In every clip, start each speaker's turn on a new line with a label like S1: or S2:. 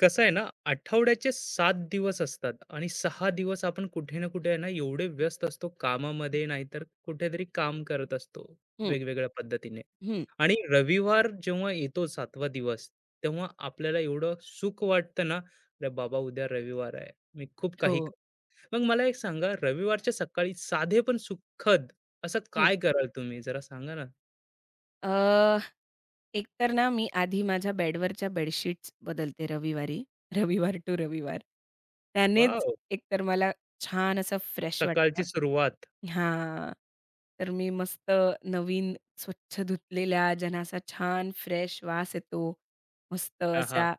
S1: कसं आहे ना? आठवड्याचे सात दिवस असतात आणि सहा दिवस आपण कुठे ना कुठे आहे ना एवढे व्यस्त असतो, कामामध्ये नाहीतर कुठेतरी काम करत असतो
S2: हं,
S1: वेगवेगळ्या पद्धतीने.
S2: हं,
S1: आणि रविवार जेव्हा येतो सातवा दिवस, तेव्हा आपल्याला एवढं सुख वाटतं ना, अरे बाबा उद्या रविवार आहे, मी खूप काही
S2: हो.
S1: कर-" मग मला एक सांगा, रविवारच्या सकाळी साधे पण सुखद असं
S2: हं.
S1: काय कराल तुम्ही? जरा सांगा ना.
S2: अ, एक तर ना मी आधी माझ्या बेडवरच्या बेडशीट्स बदलते रविवारी, रविवार टू रविवार. त्यानेच
S1: वाव.
S2: एकतर मला छान असं फ्रेश
S1: सकाळची
S2: वाटतं.
S1: सुरुवात.
S2: हां. तर मी मस्त नवीन स्वच्छ धुतलेल्या, ज्यांना असा छान फ्रेश वास येतो, मस्त
S1: हा.
S2: अशा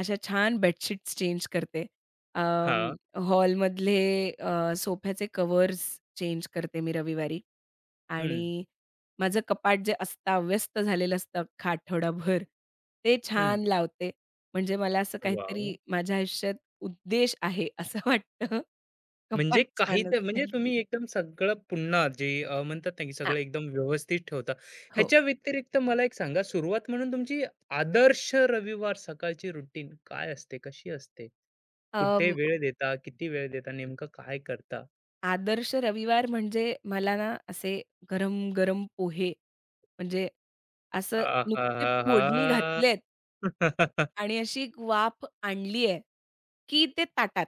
S2: अशा छान बेडशीट्स चेंज करते. अं,
S1: हा.
S2: हॉलमधले अ, सोफ्याचे कव्हर्स चेंज करते मी रविवारी
S1: हम्म.
S2: आणि माझं कपाट जे अस्ताव्यस्त झालेलं असतं अख्खा आठवडाभर, ते
S1: हम्म.
S2: छान लावते. म्हणजे मला असं
S1: वाव.
S2: काहीतरी माझ्या आयुष्यात उद्देश आहे असं वाटतं.
S1: म्हणजे
S2: कपाट
S1: काही
S2: छान
S1: तर म्हणजे
S2: असलं की.
S1: तुम्ही एकदम सगळं पुन्हा जे म्हणतात ना, की
S2: हां,
S1: सगळं एकदम व्यवस्थित ठेवता.
S2: हो.
S1: ह्याच्या व्यतिरिक्त मला एक सांगा, सुरुवात म्हणून तुमची आदर्श रविवार सकाळची रुटीन काय असते? कशी असते?
S2: अं,
S1: कुठे वेळ देता? किती वेळ देता? नेमकं काय करता?
S2: आदर्श रविवार म्हणजे मला ना असे गरम-गरम पोहे म्हणजे असं नुकते फोडणी
S1: आहाहाहा!
S2: घातलेत आणि अशी एक वाफ आणली आहे, की ते ताटात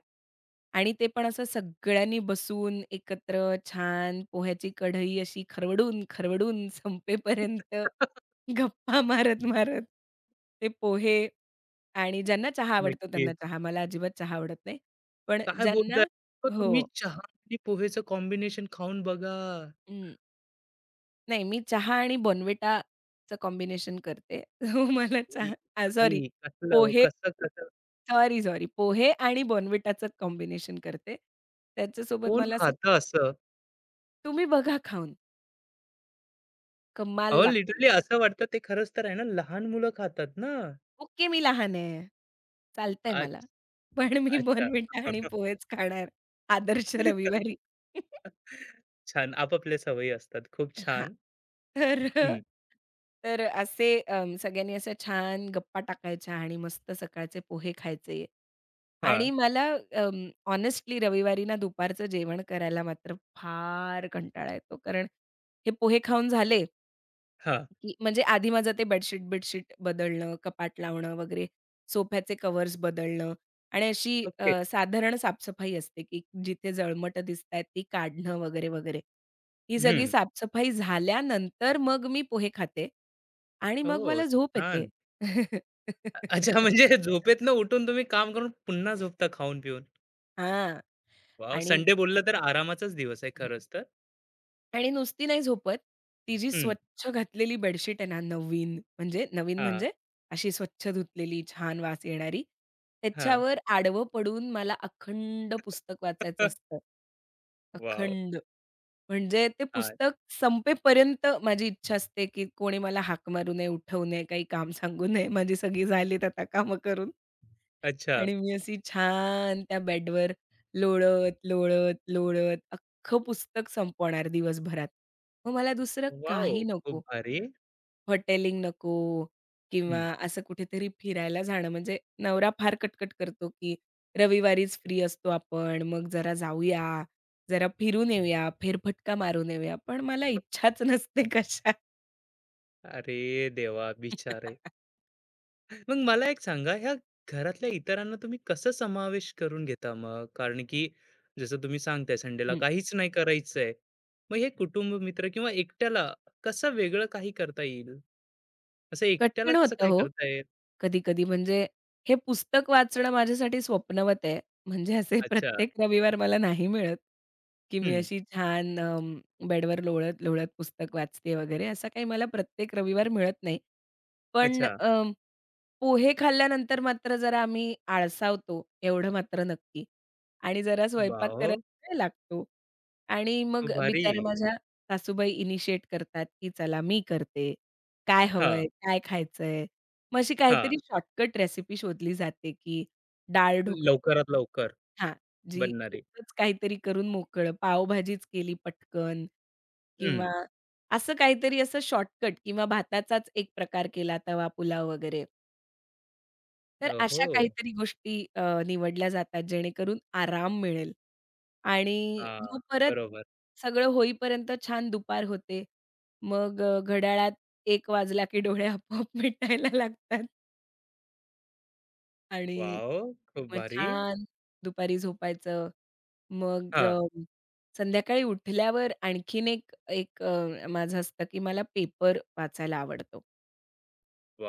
S2: आणि ते पण असं सगळ्यांनी बसून एकत्र छान पोह्याची कढई अशी खरवडून-खरवडून संपेपर्यंत गप्पा मारत-मारत ते पोहे आणि ज्यांना चहा आवडतो त्यांना
S1: नक्कीच.
S2: चहा. मला अजिबात चहा आवडत नाही. पण
S1: काय बोलताय?
S2: ज्यांना
S1: मग तुम्ही
S2: हो.
S1: चहा आणि पोहेचं कॉम्बिनेशन खाऊन बघा.
S2: हं. नाही मी चहा आणि Bournvitaचं कॉम्बिनेशन करते. हो मला
S1: काही,
S2: चहा सॉरी
S1: काही कसलं हो,
S2: पोहे
S1: कसं-कसं.
S2: Sorry, sorry. पोहे आणि बॉर्नव्हिटाचं कॉम्बिनेशन करते. त्याच्यासोबत
S1: कोण
S2: मला असं
S1: खातं असं?
S2: तुम्ही बघा खाऊन, कमाल
S1: अहो,
S2: लागतात.
S1: लिटरली असं वाटतं ते खरंच तर आहे ना, लहान मुलं खातात ना.
S2: ओके, मी लहान आहे. चालतंय
S1: अच्छ
S2: मला. पण मी
S1: अच्छा.
S2: बॉर्नव्हिटा आणि पोहेच खाणार आदर्श रविवारी.
S1: छान. आपापल्या सवयी असतात. खूप
S2: हां.
S1: छान.
S2: तर
S1: हं.
S2: तर असे सगळ्यांनी अशा छान गप्पा टाकायच्या आणि मस्त सकाळचे पोहे खायचे.
S1: हां,
S2: आणि मला हॉनेस्टली रविवारी ना दुपारचं जेवण करायला मात्र फार कंटाळा येतो. कारण हे पोहे खाऊन झाले
S1: हां.
S2: की म्हणजे आधी माझं ते बेडशीट-बिडशीट बदलणं, कपाट लावणं वगैरे, सोफ्याचे कव्हर्स बदलणं आणि अशी
S1: ओके.
S2: साधारण साफसफाई असते, की जिथे जळमटं दिसतायत ती काढणं वगैरे, वगैरे. ही सगळी
S1: हं.
S2: साफसफाई झाल्यानंतर मग मी पोहे खाते आणि मग
S1: ओह!
S2: मला झोप येते.
S1: छान. अच्छा, म्हणजे झोपेतनं उठून तुम्ही काम करून पुन्हा झोपता खाऊन-पिऊन.
S2: हां
S1: वॉव!
S2: आणि
S1: संडे बोललं तर आरामाचाच दिवस आहे खरंच तर.
S2: आणि नुसती नाही झोपत. ती जी
S1: हं.
S2: स्वच्छ घातलेली बेडशीट आहे ना, नवीन म्हणजे नवीन
S1: हां,
S2: म्हणजे अशी स्वच्छ धुतलेली, छान वास येणारी.
S1: हां.
S2: त्याच्यावर आडवं पडून मला अखंड पुस्तक वाचायचं असतं.
S1: वॉव!
S2: अखंड. म्हणजे ते
S1: हां.
S2: पुस्तक संपेपर्यंत माझी इच्छा असते, की कोणी मला हाक मारू नये, उठवू नये, काही काम सांगू नये. माझी सगळी झालीत आता कामं करून.
S1: अच्छा.
S2: आणि मी अशी छान त्या बेडवर लोळत, लोळत, लोळत अख्खं पुस्तक संपवणार दिवसभरात. मग मला दुसरं
S1: वॉव!
S2: काही नको.
S1: खूप भारी.
S2: हॉटेलिंग नको किंवा
S1: हं.
S2: असं कुठेतरी फिरायला जाणं म्हणजे नवरा फार कटकट करतो, की रविवारीच फ्री असतो आपण, मग जरा जाऊया, जरा फिरून येऊया, फेरफटका मारून येऊया. पण मला इच्छाच नसते कशा.
S1: अरे देवा! बिचारे. मग मला एक सांगा, ह्या घरातल्या इतरांना तुम्ही कसं समावेश करून घेता मग? कारण की जसं तुम्ही सांगताय संडेला
S2: हं.
S1: काहीच नाही करायचंय. मग हे कुटुंब, मित्र किंवा एकट्याला कसं वेगळं काही करता येईल? असं एकट्याला
S2: कठीण
S1: कसं
S2: होतं
S1: काय
S2: हो.
S1: करता येईल?
S2: कधी-कधी म्हणजे हे पुस्तक वाचणं माझ्यासाठी स्वप्नवत आहे. म्हणजे असे
S1: अच्छा.
S2: प्रत्येक रविवार मला नाही मिळत, की मी
S1: हं.
S2: अशी छान बेडवर लोळत-लोळत पुस्तक वाचते वगैरे, असा काही मला प्रत्येक रविवार मिळत नाही. पण
S1: अच्छा.
S2: पोहे खाल्ल्यानंतर मात्र जरा आम्ही आळसावतो, एवढं मात्र नक्की. आणि जरा स्वयंपाक
S1: वॉव!
S2: करायला वेळ लागतो. आणि मग
S1: खूप भारी.
S2: बिचाऱ्या माझ्या सासूबाई इनिशिएट करतात, की "चला मी करते. काय
S1: हां,
S2: हवंय? काय खायचंय?" मग अशी
S1: हां.
S2: काहीतरी शॉर्टकट रेसिपी शोधली जाते, की डाळ ढोकळी
S1: लवकरात लवकर
S2: हां, जी
S1: बनणारी.
S2: एकच काहीतरी करून मोकळं, पावभाजीच केली पटकन
S1: हं.
S2: किंवा असं काहीतरी असं शॉर्टकट किंवा भाताचाच एक प्रकार केला, तवा पुलाव वगैरे. तर
S1: ओहो!
S2: अशा काहीतरी गोष्टी निवडल्या जातात जेणेकरून आराम मिळेल आणि
S1: हां.
S2: मग परत
S1: बरोबर.
S2: सगळं होईपर्यंत छान दुपार होते. मग घड्याळात 1 वाजला की डोळे आपोआप मिटायला लागतात आणि
S1: वॉव! खूप
S2: मग
S1: भारी.
S2: छान दुपारी झोपायचं. मग
S1: हां.
S2: संध्याकाळी उठल्यावर आणखीन एक एक माझं असतं की मला पेपर वाचायला आवडतो.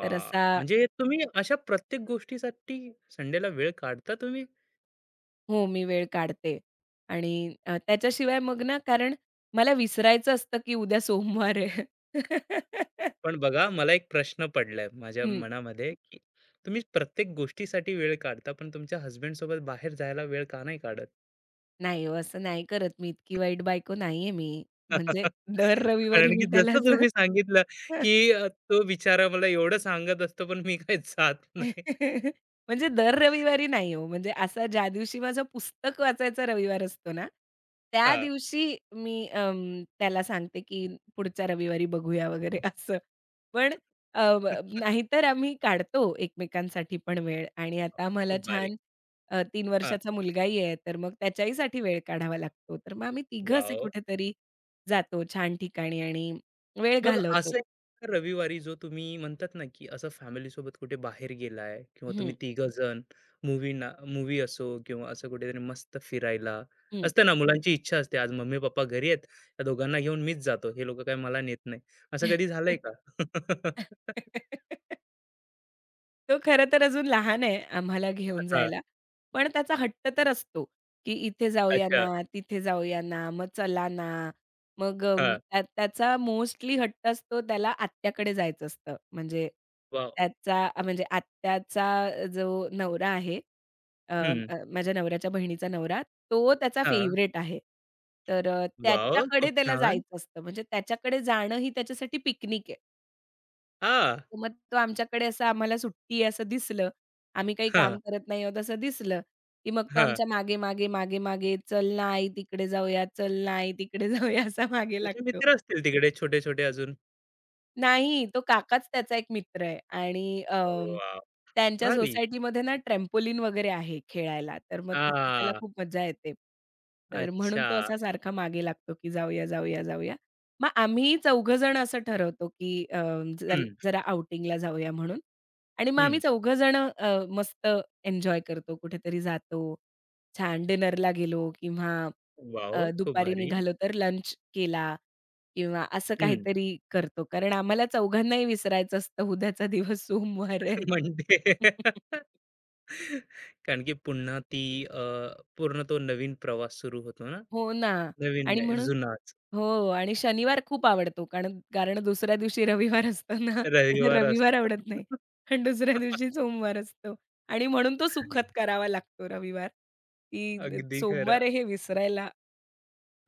S2: तर असा
S1: म्हणजे तुम्ही अशा प्रत्येक गोष्टीसाठी संडेला वेळ काढता तुम्ही?
S2: हो, मी वेळ काढते आणि त्याच्याशिवाय मग ना कारण मला विसरायचं असतं, की उद्या सोमवार आहे.
S1: पण बघा, मला एक प्रश्न पडलाय माझ्या
S2: हं.
S1: मनामध्ये, की तुम्ही प्रत्येक गोष्टीसाठी वेळ काढता, पण तुमच्या हसबँडसोबत बाहेर जायला वेळ का नाही काढत?
S2: नाही हो, असं नाही करत मी. इतकी वाईट बायको नाहीये मी. म्हणजे दर रविवारी
S1: कारण
S2: मी
S1: की
S2: त्याला
S1: जसं
S2: असं
S1: तुम्ही सांगितलं, की तो बिचारा मला एवढं सांगत असतो, पण मी काही जात नाही.
S2: म्हणजे दर रविवारी नाही हो. म्हणजे असा ज्या दिवशी माझं पुस्तक वाचायचा रविवार असतो ना, त्या
S1: हां.
S2: दिवशी मी त्याला सांगते, की पुढच्या रविवारी बघूया वगैरे असं. पण अ, नाहीतर आम्ही काढतो एकमेकांसाठी पण वेळ आणि आता आम्हाला
S1: खूप भारी.
S2: छान 3
S1: हां.
S2: वर्षाचा मुलगाही आहे, तर मग त्याच्याहीसाठी वेळ काढावा लागतो. तर मग आम्ही तिघं असे
S1: वॉव!
S2: कुठेतरी जातो छान ठिकाणी आणि वेळ
S1: मग
S2: घालवतो.
S1: असं एखादा रविवारी जो तुम्ही म्हणतात ना, की असं फॅमिलीसोबत कुठे बाहेर गेलाय किंवा तुम्ही
S2: हं,
S1: तिघं जण मूव्हीना मूव्ही असो किंवा असं कुठेतरी मस्त फिरायला,
S2: हं.
S1: असतं ना मुलांची इच्छा असते, आज मम्मी-पप्पा घरी आहेत, त्या दोघांना घेऊन मीच जातो, हे लोकं काही मला नेत नाही. असं कधी झालंय का?
S2: तो खरं तर अजून लहान आहे आम्हाला घेऊन
S1: हां,
S2: जायला. पण त्याचा हट्ट तर असतो, की इथे जाऊया
S1: अच्छा.
S2: ना, तिथे जाऊया ना, मग चला ना. मग अं,
S1: हां,
S2: त्या त्याचा मोस्टली हट्ट असतो त्याला आत्याकडे जायचं असतं. म्हणजे
S1: वॉव!
S2: त्याचा म्हणजे आत्याचा जो नवरा आहे, अ,
S1: हं,
S2: अ, माझ्या नवऱ्याच्या बहिणीचा नवरा, तो त्याचा
S1: हां,
S2: फेव्हरेट आहे. तर
S1: वॉव!
S2: त्याच्याकडे
S1: खूप
S2: त्याला
S1: छान.
S2: जायचं असतं. म्हणजे त्याच्याकडे जाणं ही त्याच्यासाठी पिकनिक आहे.
S1: हां,
S2: मग तो आमच्याकडे असं आम्हाला सुट्टी आहे असं दिसलं. आम्ही काही
S1: हां,
S2: काम करत नाही आहोत असं दिसलं, की मग तो
S1: हां.
S2: आमच्या मागे, मागे, मागे, मागे, "चल ना आई तिकडे जाऊया, चल ना आई तिकडे जाऊया" असा मागे
S1: तुझे
S2: लागतो.
S1: मित्र असतील तिकडे छोटे-छोटे अजून?
S2: नाही, तो काकाच त्याचा एक मित्र आहे आणि
S1: वॉव!
S2: त्यांच्या
S1: भारी.
S2: सोसायटीमध्ये ना ट्रॅम्पोलिन वगैरे आहे खेळायला. तर मग तिथे त्याला
S1: हां,
S2: खूप मज्जा येते. तर म्हणून
S1: अच्छा.
S2: तो असा सारखा मागे लागतो, की जाऊया, जाऊया, जाऊया. मग आम्ही चौघंजण असं ठरवतो, की जर
S1: हं,
S2: जरा आउटिंगला जाऊया म्हणून आणि मग आम्ही
S1: हं.
S2: चौघंजण मस्त एन्जॉय करतो. कुठेतरी जातो, छान डिनरला गेलो किंवा
S1: वॉव! खूप
S2: दुपारी
S1: भारी.
S2: निघालो तर लंच केला. किंवा असं
S1: हं.
S2: काहीतरी करतो. कारण आम्हाला चौघांनाही विसरायचं असतं उद्याचा दिवस सोमवार आहे.
S1: म्हणजे कारण की पुन्हा ती पूर्ण तो नवीन प्रवास सुरू होतो ना.
S2: हो ना
S1: नवीन
S2: आणि
S1: नाही, जुनाच
S2: हो आणि शनिवार खूप आवडतो. कारण कारण दुसऱ्या दिवशी रविवार असतो ना आणि
S1: रविवार
S2: रविवार
S1: असतो.
S2: आवडत नाही. आणि दुसऱ्या दिवशी सोमवार असतो आणि म्हणून तो सुखद करावा लागतो रविवार, की
S1: अगदी
S2: सोमवार
S1: खरं.
S2: हे विसरायला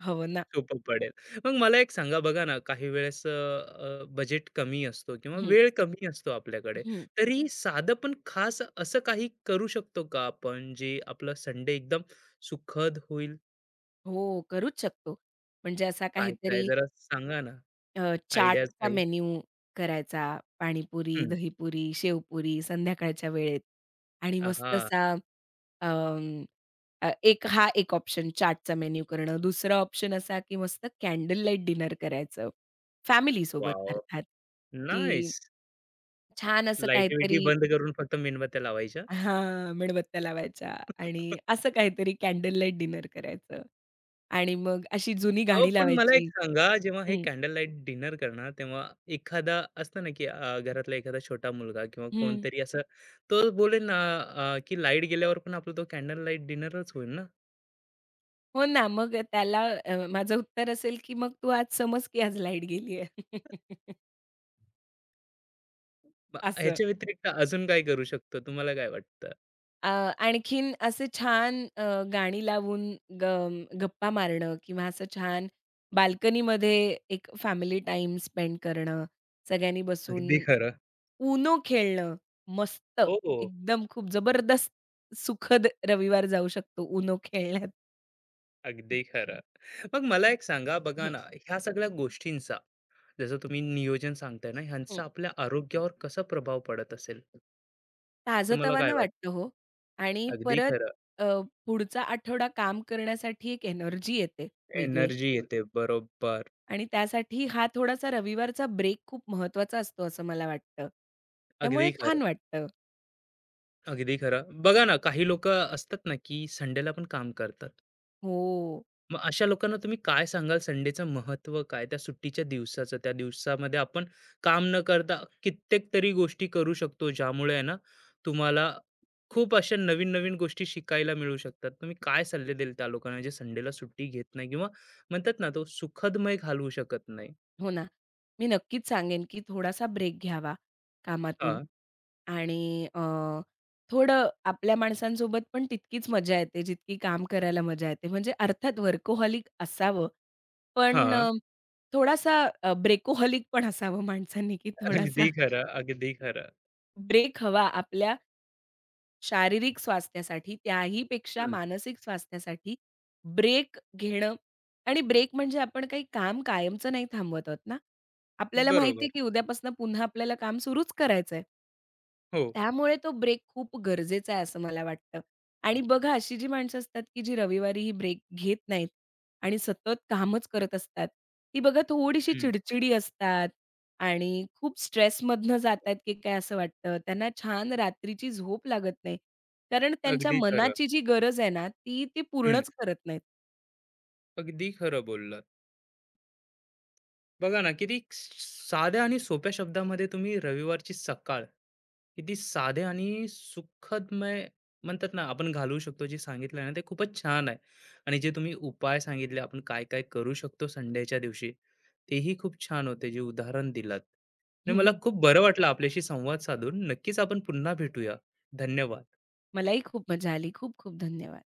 S2: हवं ना.
S1: सोपं पडेल. मग मला एक सांगा, बघा ना, काही वेळेस बजेट कमी असतो किंवा
S2: हं,
S1: वेळ कमी असतो आपल्याकडे.
S2: हं.
S1: तरी साधं पण खास असं काही करू शकतो का आपण, जे आपला संडे एकदम सुखद होईल?
S2: हो, करूच शकतो. म्हणजे असा
S1: काय-काय
S2: काहीतरी
S1: जरा सांगा ना? आयडियाज
S2: चाटचा
S1: काही?
S2: मेन्यू करायचा. पाणीपुरी,
S1: हं.
S2: दहीपुरी, शेवपुरी संध्याकाळच्या वेळेत आणि
S1: आ,
S2: मस्त
S1: हां.
S2: असा अं, एक हा एक ऑप्शन चाटचा मेन्यू करणं. दुसरा ऑप्शन असा, की मस्त कॅन्डल लाईट डिनर करायचं. फॅमिलीसोबत
S1: वॉव!
S2: अर्थात, की
S1: नाईस.
S2: छान असं
S1: लाईटी
S2: काहीतरी
S1: बंद करून फक्त मेणबत्त्या लावायच्या.
S2: हां, मेणबत्त्या लावायच्या आणि असं काहीतरी कॅन्डल लाईट डिनर करायचं आणि मग अशी जुनी
S1: अहो,
S2: गाणी
S1: पण मला एक
S2: लावायची.
S1: सांगा, जेव्हा हे
S2: हं,
S1: कॅन्डल लाईट डिनर करणार, तेव्हा एखादा असतं ना, की घरातला एखादा छोटा मुलगा किंवा कोणतरी असं तो बोलेल ना, की लाईट गेल्यावर पण आपला तो कॅन्डल लाईट डिनरच होईल ना.
S2: हो ना, मग त्याला माझं उत्तर असेल, की "मग तू आज समज की आज लाईट गेली आहे."
S1: मग
S2: असं.
S1: ह्याच्या व्यतिरिक्त अजून काय करू शकतो? तुम्हाला काय वाटतं?
S2: अ, आणखीन असे छान गाणी लावून ग गप्पा मारणं किंवा असं छान बाल्कनीमध्ये एक फॅमिली टाईम स्पेंड करणं, सगळ्यांनी बसून
S1: अगदी खरं.
S2: उनो खेळणं, मस्त
S1: हो, हो.
S2: एकदम खूप जबरदस्त सुखद रविवार जाऊ शकतो उनो खेळण्यात.
S1: अगदी खरं. मग मला एक सांगा, बघा ना, ह्या सगळ्या गोष्टींचा, जसं तुम्ही नियोजन सांगताय ना, ह्यांचा आपल्या आरोग्यावर कसा प्रभाव पडत असेल? तुम्हाला काय
S2: ताजंतवानं
S1: वाटतं?
S2: वाटतं हो आणि
S1: अगदी
S2: परत
S1: खरं.
S2: अ, पुढचा आठवडा काम करण्यासाठी एक एनर्जी येते वेगळी
S1: एनर्जी येते. बरोबर.
S2: आणि त्यासाठी हा थोडासा रविवारचा ब्रेक खूप महत्वाचा असतो असं मला वाटतं.
S1: अगदी
S2: त्यामुळे
S1: खरं,
S2: छान वाटतं.
S1: अगदी खरं. बघा ना, काही लोकं असतात ना, की संडेला पण काम करतात.
S2: हो,
S1: मग अशा लोकांना तुम्ही काय सांगाल, संडेचं महत्त्व काय? त्या सुट्टीच्या दिवसाचं, त्या दिवसामध्ये आपण काम न करता कित्येक तरी गोष्टी करू शकतो, ज्यामुळे आहे ना, तुम्हाला खूप अशा नवीन-नवीन गोष्टी शिकायला मिळू शकतात. तुम्ही काय सल्ले द्याल त्या लोकांना जे संडेला सुट्टी घेत नाही किंवा म्हणतात ना, तो सुखदमय घालवू शकत नाही?
S2: ना. मी नक्कीच सांगेन, की थोडासा ब्रेक घ्यावा कामातून
S1: हां,
S2: आणि अ, थोडं आपल्या माणसांसोबत पण तितकीच मजा येते जितकी काम करायला मजा येते. म्हणजे अर्थात वर्कोहॉलिक असावं पण
S1: हां.
S2: थोडासा ब्रेकोहॉलिक पण असावं माणसांनी, की थोडासा
S1: अगदी खरं, अगदी खरं.
S2: ब्रेक हवा आपल्या शारीरिक स्वास्थ्यासाठी, त्याही पेक्षा
S1: हं.
S2: मानसिक स्वास्थ्यासाठी ब्रेक घेणं आणि ब्रेक म्हणजे आपण काही काम कायमचं नाही थांबवत आहोत ना. आपल्याला माहिती
S1: बरोबर.
S2: आहे, की उद्यापासून पुन्हा आपल्याला काम सुरूच करायचंय.
S1: हो.
S2: त्यामुळे तो ब्रेक खूप गरजेचा आहे असं मला वाटतं. आणि बघा अशी जी माणसं असतात, की जी रविवारी ही ब्रेक घेत नाहीत आणि सतत कामच करत असतात. ती बघा थोडीशी
S1: हं.
S2: चिडचिडी असतात आणि खूप स्ट्रेसमधनं जातायत, की काय असं वाटतं. त्यांना छान रात्रीची झोप लागत नाही. कारण त्यांच्या
S1: अगदी खरं.
S2: मनाची जी गरज आहे ना, ती ते
S1: हं.
S2: पूर्णच करत नाहीत.
S1: अगदी खरं बोललात. बघा ना, किती साध्या आणि सोप्या शब्दामध्ये तुम्ही रविवारची सकाळ किती साधे आणि सुखदमय म्हणतात ना आपण घालवू शकतो, जे सांगितलं ना ते खूपच छान आहे. आणि जे तुम्ही उपाय सांगितले, आपण काय काय करू शकतो संडेच्या दिवशी, तेही खूप छान होते, जे उदाहरण दिलात. आणि मला
S2: हं.
S1: खूप बरं वाटलं आपल्याशी संवाद साधून. नक्कीच आपण पुन्हा भेटूया. धन्यवाद.
S2: मलाही खूप मजा आली. खूप खूप धन्यवाद.